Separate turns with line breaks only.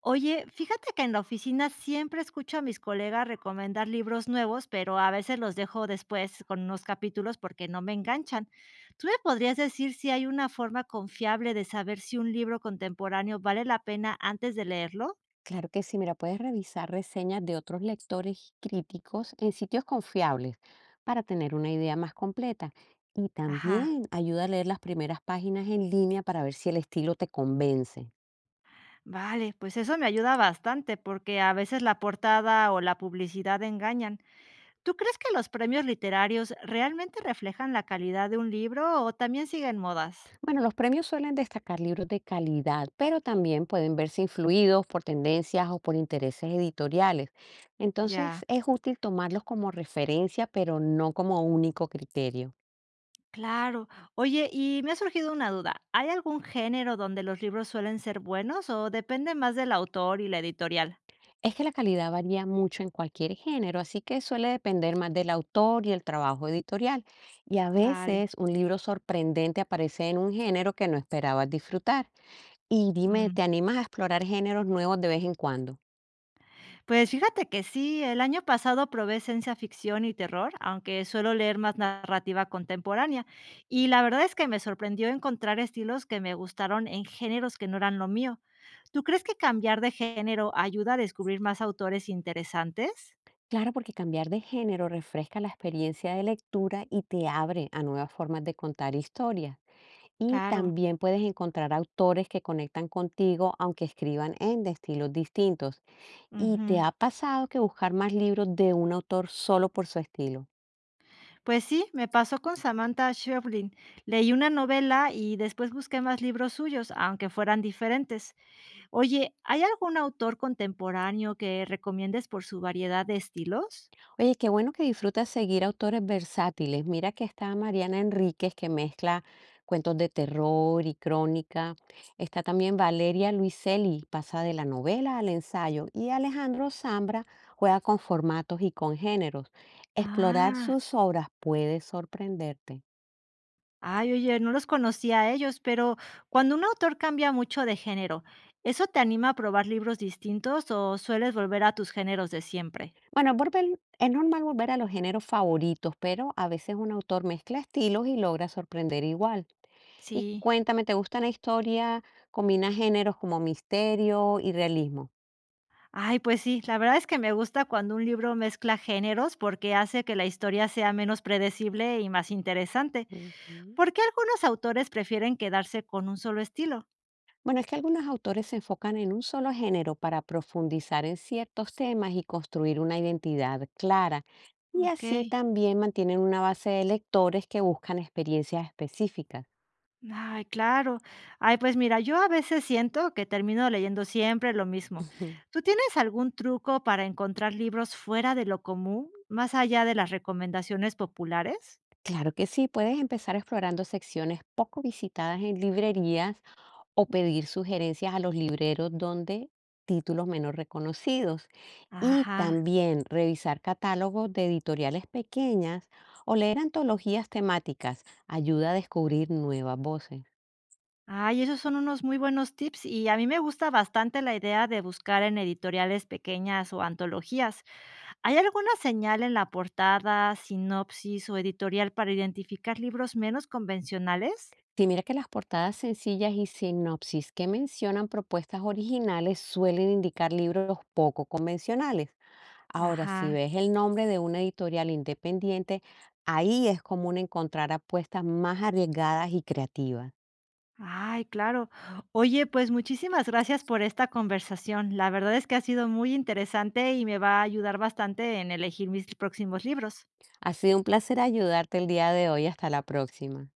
Oye, fíjate que en la oficina siempre escucho a mis colegas recomendar libros nuevos, pero a veces los dejo después con unos capítulos porque no me enganchan. ¿Tú me podrías decir si hay una forma confiable de saber si un libro contemporáneo vale la pena antes de leerlo?
Claro que sí, mira, puedes revisar reseñas de otros lectores y críticos en sitios confiables para tener una idea más completa. Y
Ajá.
también ayuda a leer las primeras páginas en línea para ver si el estilo te convence.
Vale, pues eso me ayuda bastante porque a veces la portada o la publicidad engañan. ¿Tú crees que los premios literarios realmente reflejan la calidad de un libro o también siguen modas?
Bueno, los premios suelen destacar libros de calidad, pero también pueden verse influidos por tendencias o por intereses editoriales.
Ya.
Entonces es útil tomarlos como referencia, pero no como único criterio.
Claro. Oye, y me ha surgido una duda. ¿Hay algún género donde los libros suelen ser buenos o depende más del autor y la editorial?
Es que la calidad varía mucho en cualquier género, así que suele depender más del autor y el trabajo editorial. Y a
Vale.
veces un libro sorprendente aparece en un género que no esperabas disfrutar. Y dime,
Mm,
¿te animas a explorar géneros nuevos de vez en cuando?
Pues fíjate que sí, el año pasado probé ciencia ficción y terror, aunque suelo leer más narrativa contemporánea. Y la verdad es que me sorprendió encontrar estilos que me gustaron en géneros que no eran lo mío. ¿Tú crees que cambiar de género ayuda a descubrir más autores interesantes?
Claro, porque cambiar de género refresca la experiencia de lectura y te abre a nuevas formas de contar historias. Y
Claro.
también puedes encontrar autores que conectan contigo aunque escriban en de estilos distintos. ¿Y
Ujú.
te ha pasado que buscar más libros de un autor solo por su estilo?
Pues sí, me pasó con Samantha Schweblin. Leí una novela y después busqué más libros suyos, aunque fueran diferentes. Oye, ¿hay algún autor contemporáneo que recomiendes por su variedad de estilos?
Oye, qué bueno que disfrutas seguir autores versátiles. Mira que está Mariana Enríquez que mezcla cuentos de terror y crónica. Está también Valeria Luiselli, pasa de la novela al ensayo. Y Alejandro Zambra juega con formatos y con géneros. Explorar
Ah,
sus obras puede sorprenderte.
ay, oye, no los conocía a ellos, pero cuando un autor cambia mucho de género, ¿eso te anima a probar libros distintos o sueles volver a tus géneros de siempre?
Bueno, es normal volver a los géneros favoritos, pero a veces un autor mezcla estilos y logra sorprender igual. Y
Sí.
cuéntame, ¿te gusta la historia? Combina géneros como misterio y realismo.
Ay, pues sí, la verdad es que me gusta cuando un libro mezcla géneros porque hace que la historia sea menos predecible y más interesante.
Ujú.
¿Por qué algunos autores prefieren quedarse con un solo estilo?
Bueno, es que algunos autores se enfocan en un solo género para profundizar en ciertos temas y construir una identidad clara. Y
Ok.
así también mantienen una base de lectores que buscan experiencias específicas.
Ay, claro. Ay, pues mira, yo a veces siento que termino leyendo siempre lo mismo.
Ujú.
¿Tú tienes algún truco para encontrar libros fuera de lo común, más allá de las recomendaciones populares?
Claro que sí, puedes empezar explorando secciones poco visitadas en librerías o pedir sugerencias a los libreros donde títulos menos reconocidos y
Ajá.
también revisar catálogos de editoriales pequeñas o leer antologías temáticas ayuda a descubrir nuevas voces.
Ay, esos son unos muy buenos tips y a mí me gusta bastante la idea de buscar en editoriales pequeñas o antologías. ¿Hay alguna señal en la portada, sinopsis o editorial para identificar libros menos convencionales?
Si mira que las portadas sencillas y sinopsis que mencionan propuestas originales suelen indicar libros poco convencionales. Ahora, si
Ajá.
ves el nombre de una editorial independiente, ahí es común encontrar apuestas más arriesgadas y creativas.
Ay, claro. Oye, pues muchísimas gracias por esta conversación. La verdad es que ha sido muy interesante y me va a ayudar bastante en elegir mis próximos libros.
Ha sido un placer ayudarte el día de hoy. Hasta la próxima.